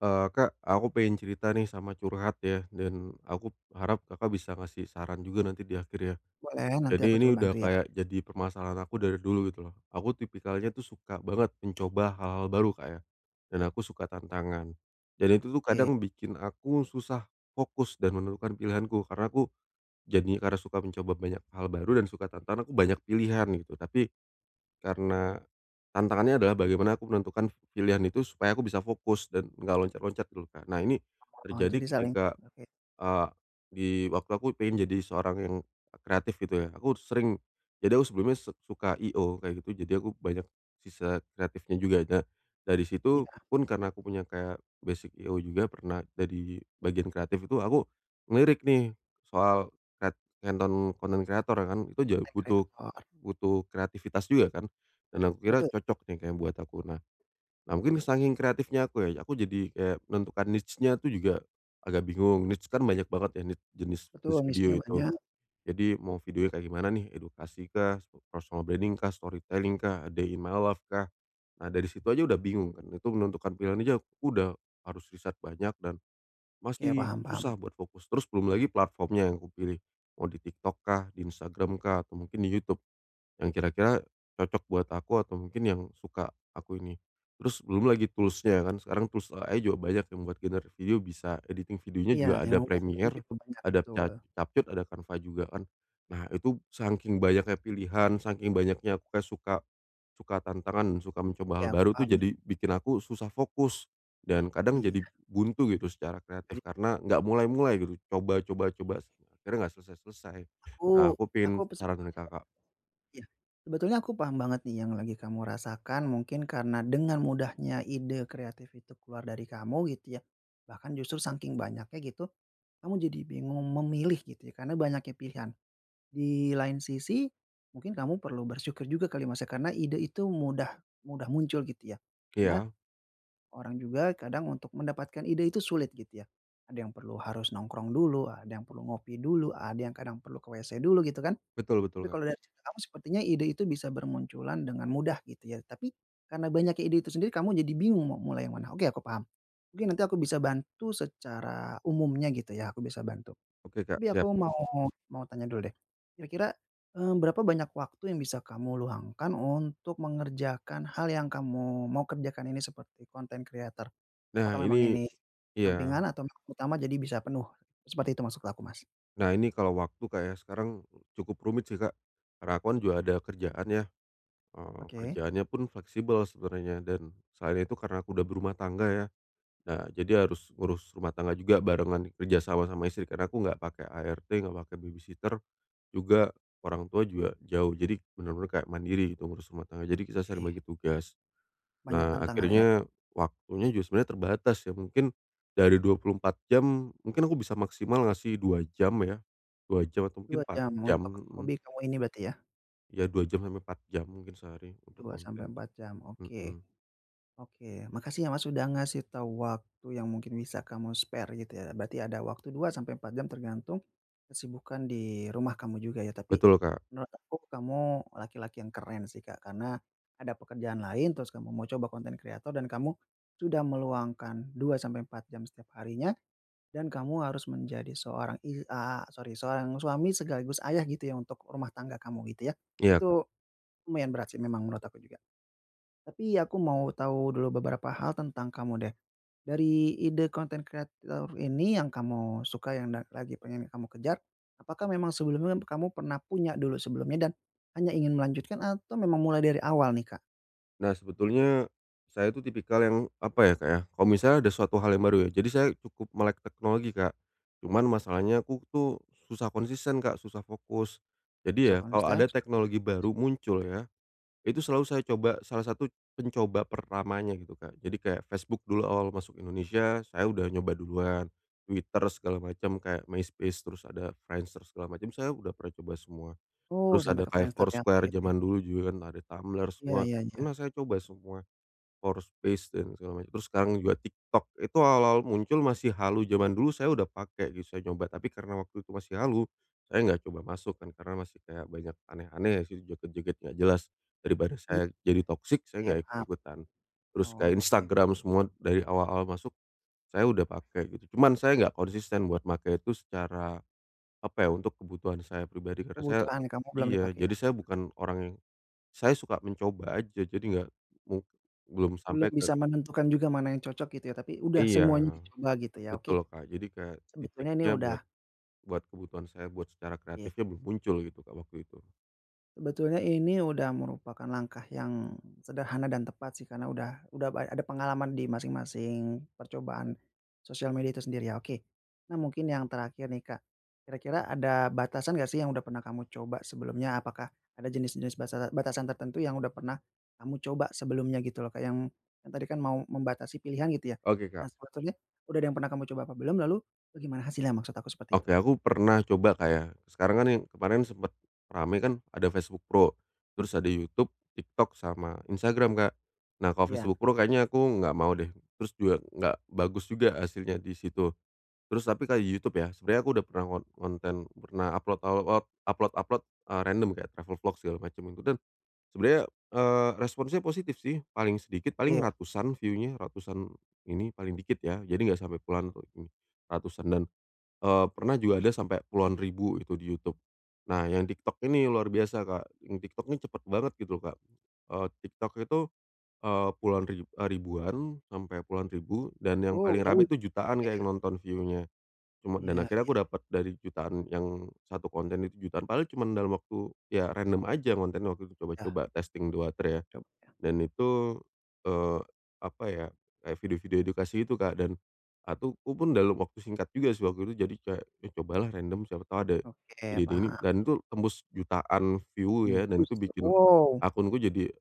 Kak, aku pengen cerita nih sama curhat ya, dan aku harap Kakak bisa ngasih saran juga nanti di akhir ya. Boleh, nanti Jadi aku ini coba udah bantu ya. kayak jadi permasalahan aku dari dulu gitu loh. Aku tipikalnya tuh suka banget mencoba hal-hal baru, kayak, dan aku suka tantangan. Dan itu tuh Oke. kadang bikin aku susah fokus dan menentukan pilihanku, karena aku jadi karena suka mencoba banyak hal baru dan suka tantangan, aku banyak pilihan gitu. Tapi karena tantangannya adalah bagaimana aku menentukan pilihan itu supaya aku bisa fokus dan nggak loncat-loncat gitu, loh, Kak. Nah, ini Oh, terjadi jadi saling, ketika oke, Eee, di waktu aku pengen jadi seorang yang kreatif gitu ya, aku sering jadi aku sebelumnya suka I.O kayak gitu, jadi aku banyak sisa kreatifnya juga. Nah, dari situ iya, pun karena aku punya kayak basic I.O juga pernah dari bagian kreatif itu, aku ngelirik nih soal kret konten konten kreator ya kan, itu butuh kreator. butuh kreativitas juga kan, dan aku kira Betul cocok nih kayak buat aku. Nah Nah, mungkin saking kreatifnya aku ya, aku jadi kayak menentukan niche-nya tuh juga agak bingung. Niche kan banyak banget ya, niche jenis jenis betul, video niche-nya itu. banyak. Jadi mau videonya kayak gimana nih, edukasi kah, personal branding kah, storytelling kah, a day in my life kah. Nah, dari situ aja udah bingung kan. Itu menentukan pilihan aja aku udah harus riset banyak dan Oke, masih paham paham. susah buat fokus. Terus belum lagi platformnya yang aku pilih. Mau di TikTok kah, di Instagram kah, atau mungkin di YouTube. Yang kira-kira cocok buat aku atau mungkin yang suka aku ini. Terus belum lagi toolsnya kan, sekarang tools AI juga banyak yang buat generate video bisa editing videonya Iya, juga ada yang mau bantu tuh Premiere, juga banyak, ada betul. CapCut, ada Canva juga kan. Nah itu saking banyaknya pilihan, saking banyaknya aku kayak suka suka tantangan, suka mencoba Iya, hal aku baru tuh paham nih. jadi bikin aku susah fokus dan kadang jadi Iya, buntu gitu secara jadi kreatif karena nggak mulai-mulai gitu, coba coba coba, akhirnya nggak selesai-selesai. Nah aku aku aku pengen saran dari sebetulnya, Kakak. iya, sebetulnya aku paham banget nih yang lagi kamu rasakan mungkin karena dengan mudahnya ide kreatif itu keluar dari kamu gitu ya, bahkan justru saking banyaknya gitu, kamu jadi bingung memilih gitu ya, karena banyaknya pilihan. Di lain sisi, mungkin kamu perlu bersyukur juga kali Mas ya, karena ide itu mudah mudah muncul gitu ya. Karena Iya. orang juga kadang untuk mendapatkan ide itu sulit gitu ya. Ada yang perlu harus nongkrong dulu, ada yang perlu ngopi dulu, ada yang kadang perlu ke WC dulu gitu kan. Betul betul, Tapi Kak. kalau dari cerita kamu sepertinya ide itu bisa bermunculan dengan mudah gitu ya. Tapi karena banyaknya ide itu sendiri kamu jadi bingung mau mulai yang mana. Oke, aku paham. Mungkin nanti aku bisa bantu secara umumnya gitu ya, aku bisa bantu. Oke, Kak, Tapi aku siap. mau mau tanya dulu deh, kira-kira, berapa banyak waktu yang bisa kamu luangkan untuk mengerjakan hal yang kamu mau kerjakan ini seperti konten creator? Nah Apakah memang ini ini iya, sampingan atau memang utama jadi bisa penuh? Seperti itu maksud aku, Mas. nah ini kalau waktu, Kak, ya sekarang cukup rumit sih, Kak. Karena aku kan juga ada kerjaan ya, Oke. kerjaannya pun fleksibel sebenarnya dan selain itu karena aku udah berumah tangga ya, nah jadi harus ngurus rumah tangga juga barengan kerja sama sama istri karena aku nggak pakai ART, nggak pakai babysitter, juga orang tua juga jauh. Jadi bener-bener kayak mandiri gitu ngurus rumah tangga, jadi kita sering Iya, bagi tugas. banyak Nah, tantangan ya. akhirnya waktunya juga sebenarnya terbatas ya, mungkin dari 24 jam, mungkin aku bisa maksimal ngasih 2 jam ya, 2 jam atau mungkin Dua 4 jam jam, untuk mhm, hobi kamu ini berarti ya? ya dua jam sampai 4 jam mungkin sehari untuk Dua konten, sampai 4 jam, oke. mhm, Oke, makasih ya Mas, sudah ngasih tahu waktu yang mungkin bisa kamu spare gitu ya. Berarti ada waktu 2 sampai 4 jam tergantung kesibukan di rumah kamu juga ya. Tapi betul Kak, menurut aku kamu laki-laki yang keren sih Kak, karena ada pekerjaan lain terus kamu mau coba konten kreator dan kamu sudah meluangkan 2 sampai 4 jam setiap harinya dan kamu harus menjadi sorry, seorang suami sekaligus ayah gitu ya untuk rumah tangga kamu gitu ya. iya Kak. Itu lumayan berat sih memang menurut aku juga. Tapi aku mau tahu dulu beberapa hal tentang kamu deh. Dari ide konten kreator ini yang kamu suka yang lagi pengen kamu kejar, apakah memang sebelumnya kamu pernah punya dulu sebelumnya dan hanya ingin melanjutkan atau memang mulai dari awal nih, Kak? Nah sebetulnya saya itu tipikal yang apa ya Kak ya, kalau misalnya ada suatu hal yang baru ya, jadi saya cukup melek teknologi Kak, cuman masalahnya aku tuh susah konsisten Kak, susah fokus. Jadi Susah ya kalau konsisten, ada susah teknologi fokus. baru muncul ya, itu selalu saya coba salah satu pencoba pertamanya gitu, Kak. Jadi kayak Facebook dulu awal masuk Indonesia, saya udah nyoba duluan, Twitter segala macam, kayak MySpace, terus ada Friendster segala macam, saya udah pernah coba semua. Oh, Terus sampai ada ke kayak Friendster ya, Foursquare oke. zaman dulu juga kan, ada Tumblr Iya semua, iya iya. pernah saya coba semua. Fourspace dan segala macam. Terus sekarang juga TikTok, itu awal-awal muncul masih halu, zaman dulu saya udah pakai gitu, saya nyoba, tapi karena waktu itu masih halu, saya nggak coba masuk kan, karena masih kayak banyak aneh-aneh ya sih, joget-joget nggak jelas. Daripada Iya saya jadi toksik, saya iya, nggak paham. ikut-ikutan. Terus kayak Oke. Instagram semua dari awal-awal masuk, saya udah pakai gitu. Cuman saya nggak konsisten buat pakai itu secara, apa ya, untuk kebutuhan saya pribadi, karena saya Kebutuhan kamu belum iya, dipakai jadi ya? saya bukan orang yang saya suka mencoba aja, jadi nggak mu belum sampai Belum ke bisa menentukan juga mana yang cocok gitu ya, tapi udah Iya, semuanya dicoba gitu ya, oke. betul Kak. Jadi kayak Sebetulnya ini titiknya udah buat buat kebutuhan saya buat secara iya. kreatifnya belum muncul gitu Kak, waktu itu. Sebetulnya ini udah merupakan langkah yang sederhana dan tepat sih karena udah ada pengalaman di masing-masing percobaan sosial media itu sendiri ya, oke. Nah mungkin yang terakhir nih Kak, kira-kira ada batasan nggak sih yang udah pernah kamu coba sebelumnya? Apakah ada jenis-jenis batasan tertentu yang udah pernah kamu coba sebelumnya gitu loh Kak, yang tadi kan mau membatasi pilihan gitu ya. Oke Nah Kak, sebetulnya udah ada yang pernah kamu coba apa belum? Lalu bagaimana hasilnya? Maksud aku seperti oke itu. aku pernah coba Kak, ya. Sekarang kan yang kemarin sempet rame kan ada Facebook Pro, terus ada YouTube, TikTok, sama Instagram Kak. Nah kalau Ya. Facebook Pro kayaknya aku nggak mau deh, terus juga nggak bagus juga hasilnya di situ. Terus tapi kayak YouTube ya, sebenarnya aku udah pernah konten, pernah upload-upload, random kayak travel vlog segala macam itu dan sebenarnya, responsnya positif sih, paling sedikit paling Iya. ratusan view-nya, ini paling dikit ya, jadi nggak sampai puluhan atau ini, ratusan dan, pernah juga ada sampai puluhan ribu itu di YouTube. Nah yang TikTok ini luar biasa Kak, yang TikTok ini cepet banget gitu loh, Kak, TikTok itu, eee, puluhan rib eee, ribuan sampai puluhan ribu dan yang Oh paling jauh rame ya, itu jutaan Kak, kayak ya? yang nonton view Cuma dan Iya akhirnya aku dapat dari jutaan yang satu konten itu jutaan, padahal cuma dalam waktu ya random aja konten waktu itu iya, coba-coba testing 2, 3. coba. Dan itu, eee, apa ya, kayak video-video edukasi itu Kak, dan aku pun dalam waktu singkat juga sih waktu itu jadi kayak, ya cobalah random siapa tahu ada Oke, ide-ide ini paham. dan itu tembus jutaan view ya dan itu Justru bikin wow, akunku jadi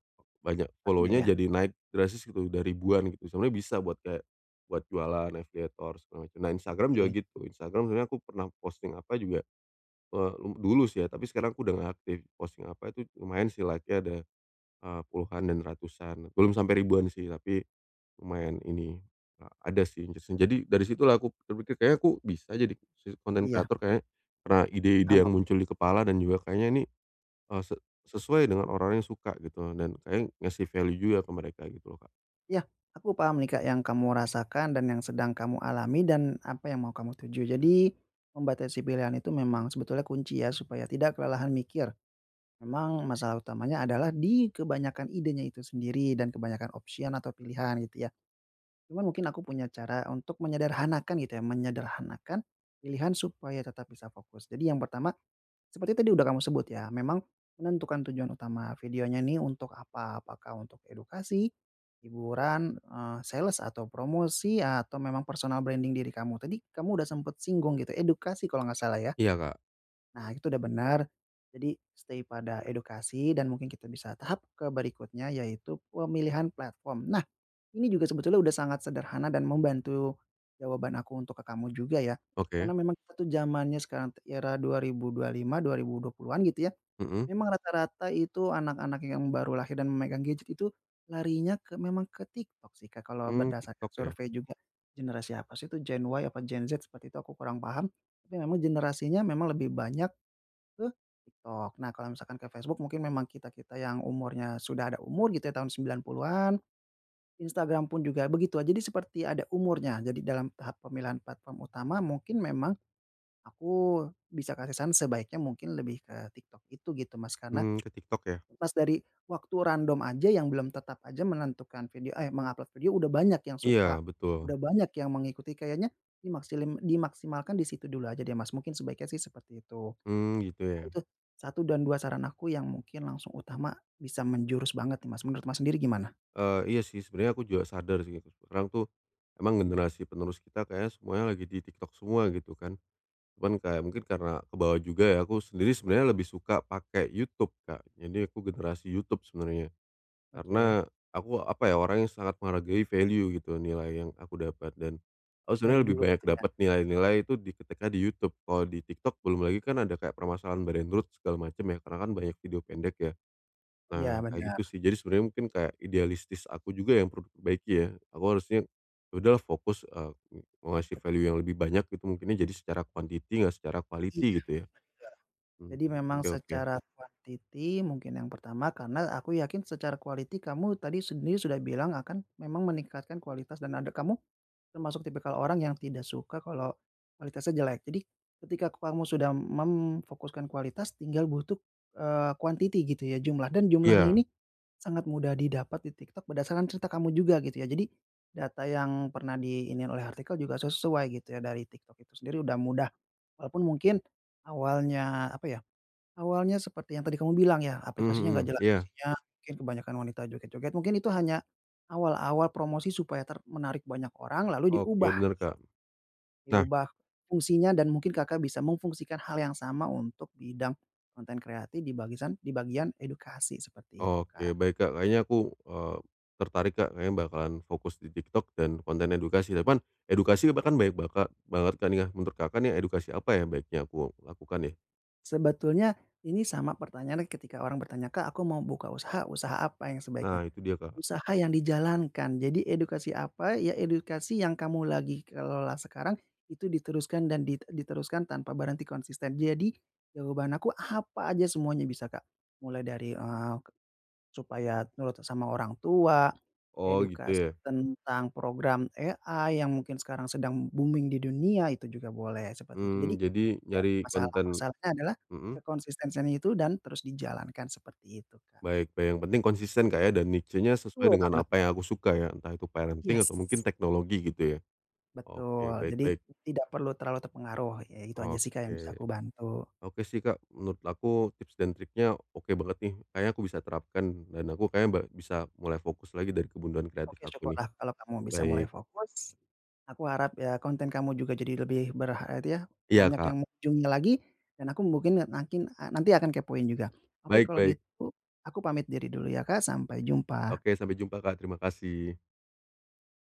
banyak paham follow-nya ya? jadi naik drastis gitu, udah ribuan gitu. Sebenarnya bisa buat kayak buat jualan afiliator segala macam. Nah, Instagram juga Oke, gitu. Instagram sebenarnya aku pernah posting apa juga, dulu sih ya, tapi sekarang aku udah nggak aktif. Posting apa itu lumayan sih like-nya ada puluhan dan ratusan, belum sampai ribuan sih, tapi lumayan ini, ada sih interest. Jadi dari situlah aku terpikir kayaknya aku bisa jadi content iya, creator kayaknya, karena paham ide-ide yang aku nih. muncul di kepala dan juga kayaknya ini, eee, se sesuai dengan orang-orang yang suka gitu dan kayaknya ngasih value juga ke mereka gitu loh, Kak. Iya, aku paham nih, Kak, yang kamu rasakan dan yang sedang kamu alami dan apa yang mau kamu tuju. Jadi, membatasi pilihan itu memang sebetulnya kunci ya supaya tidak kelelahan mikir. Memang masalah utamanya adalah di kebanyakan idenya itu sendiri dan kebanyakan option atau pilihan gitu ya. Cuman mungkin aku punya cara untuk menyederhanakan gitu ya, menyederhanakan pilihan supaya tetap bisa fokus. Jadi yang pertama, seperti tadi udah kamu sebut ya, memang menentukan tujuan utama videonya nih untuk apa, apakah untuk edukasi, hiburan, sales atau promosi, atau memang personal branding diri kamu. Tadi kamu udah sempet singgung gitu, edukasi kalau nggak salah ya? Iya, Kak. Nah, itu udah benar. Jadi stay pada edukasi dan mungkin kita bisa tahap ke berikutnya yaitu pemilihan platform. Nah ini juga sebetulnya udah sangat sederhana dan membantu jawaban aku untuk ke kamu juga ya. Oke, Karena memang kita tuh zamannya sekarang era 2025, 2020-an gitu ya, mhm, memang rata-rata itu anak-anak yang baru lahir dan memegang gadget itu larinya ke memang ke TikTok sih, Kak, kalau mmm, berdasarkan TikTok ya? survei juga. Generasi apa sih itu Gen Y apa Gen Z seperti itu aku kurang paham, tapi memang generasinya memang lebih banyak ke TikTok. Nah, kalau misalkan ke Facebook mungkin memang kita-kita yang umurnya sudah ada umur gitu ya tahun 90-an, Instagram pun juga begitu, jadi seperti ada umurnya. Jadi dalam tahap pemilihan platform utama mungkin memang aku bisa kasih saran sebaiknya mungkin lebih ke TikTok itu gitu Mas, karena Mmm, ke TikTok ya? Mas dari waktu random aja yang belum tetap aja menentukan video, eh, mengupload video udah banyak yang suka, Iya betul, udah banyak yang mengikuti kayaknya dimaksimalkan di situ dulu aja deh Mas, mungkin sebaiknya sih seperti itu. mmm, gitu Nah ya. itu satu dan 2 saran aku yang mungkin langsung utama bisa menjurus banget nih Mas, menurut Mas sendiri gimana? Iya sih sebenarnya aku juga sadar sih sekarang tuh emang generasi penerus kita kayaknya semuanya lagi di TikTok semua gitu kan. Cuman kayak mungkin karena ke bawah juga ya, aku sendiri sebenarnya lebih suka pakai YouTube, Kak. Jadi aku generasi YouTube sebenarnya. Oke, Karena aku apa ya, orang yang sangat menghargai value gitu, nilai yang aku dapat dan aku sebenarnya dari lebih dulu banyak gitu ya? dapat nilai-nilai itu di ketika di YouTube. Kalau di TikTok belum lagi kan ada kayak permasalahan brain rot segala macam ya, karena kan banyak video pendek ya. Iya Nah, kayak gitu benar. sih. Jadi sebenarnya mungkin kayak idealistis aku juga yang perlu diperbaiki ya. Aku harusnya ya udahlah fokus, mau ngasih value yang lebih banyak gitu mungkinnya jadi secara quantity nggak secara quality Iya. gitu ya. Mmm, Jadi memang oke oke. secara quantity mungkin yang pertama karena aku yakin secara quality kamu tadi sendiri sudah bilang akan memang meningkatkan kualitas dan ada kamu termasuk tipikal orang yang tidak suka kalau kualitasnya jelek. Jadi ketika kamu sudah memfokuskan kualitas tinggal butuh, quantity gitu ya jumlah dan jumlahnya ini Iya. sangat mudah didapat di TikTok berdasarkan cerita kamu juga gitu ya. Jadi data yang pernah diiniin oleh artikel juga sesuai gitu ya dari TikTok itu sendiri udah mudah. Walaupun mungkin awalnya apa ya, awalnya seperti yang tadi kamu bilang ya, Mhm aplikasinya mhm, nggak jelas iya. isinya, mungkin kebanyakan wanita joget-joget, mungkin itu hanya awal-awal promosi supaya ter menarik banyak orang lalu Oke, diubah bener, Kak. Nah, diubah fungsinya dan mungkin Kakak bisa memfungsikan hal yang sama untuk bidang konten kreatif di bagian edukasi, seperti itu, oke Kak. baik, Kak. Kayaknya aku, eee, tertarik, Kak. Kayaknya bakalan fokus di TikTok dan konten edukasi. Tapi kan edukasi banyak banget kan ya. Menurut Kakak nih edukasi apa ya yang baiknya aku lakukan ya? Sebetulnya ini sama pertanyaannya ketika orang bertanya, "Kak, aku mau buka usaha, usaha apa yang sebaiknya?" Nah, itu dia, Kak. Usaha yang dijalankan. Jadi edukasi apa, ya edukasi yang kamu lagi kelola sekarang, itu diteruskan dan diteruskan tanpa berhenti konsisten. Jadi, jawaban aku apa aja semuanya bisa, Kak. Mulai dari, supaya nurut sama orang tua, Oh, gitu edukasi ya? tentang program AI yang mungkin sekarang sedang booming di dunia, itu juga boleh, seperti itu. Mmm, Jadi, jadi tidak nyari ada masalah, konten masalahnya adalah mhm, kekonsistensian itu dan terus dijalankan, seperti itu, Kak. baik baik, yang penting konsisten, Kak, ya, dan niche-nya sesuai Betul dengan banget, apa yang aku suka ya, entah itu parenting atau mungkin yes. teknologi gitu ya. Oke, Betul, baik jadi baik. tidak perlu terlalu terpengaruh, ya itu aja sih, Kak, yang bisa Oke. aku bantu. Oke sih, Kak, menurut aku tips dan triknya oke banget nih, kayaknya aku bisa terapkan dan aku kayaknya bisa mulai fokus lagi dari kebutuhan kreatif Oke, aku nih. syukurlah kalau kamu bisa mulai Baik. fokus. Aku harap ya konten kamu juga jadi lebih ya, Iya, banyak Kak. yang mengunjunginya lagi dan aku mungkin nanti nanti akan kepoin juga. Oke, Baik kalau baik. gitu aku pamit diri dulu ya, Kak, sampai jumpa. Oke, sampai jumpa, Kak, terima kasih.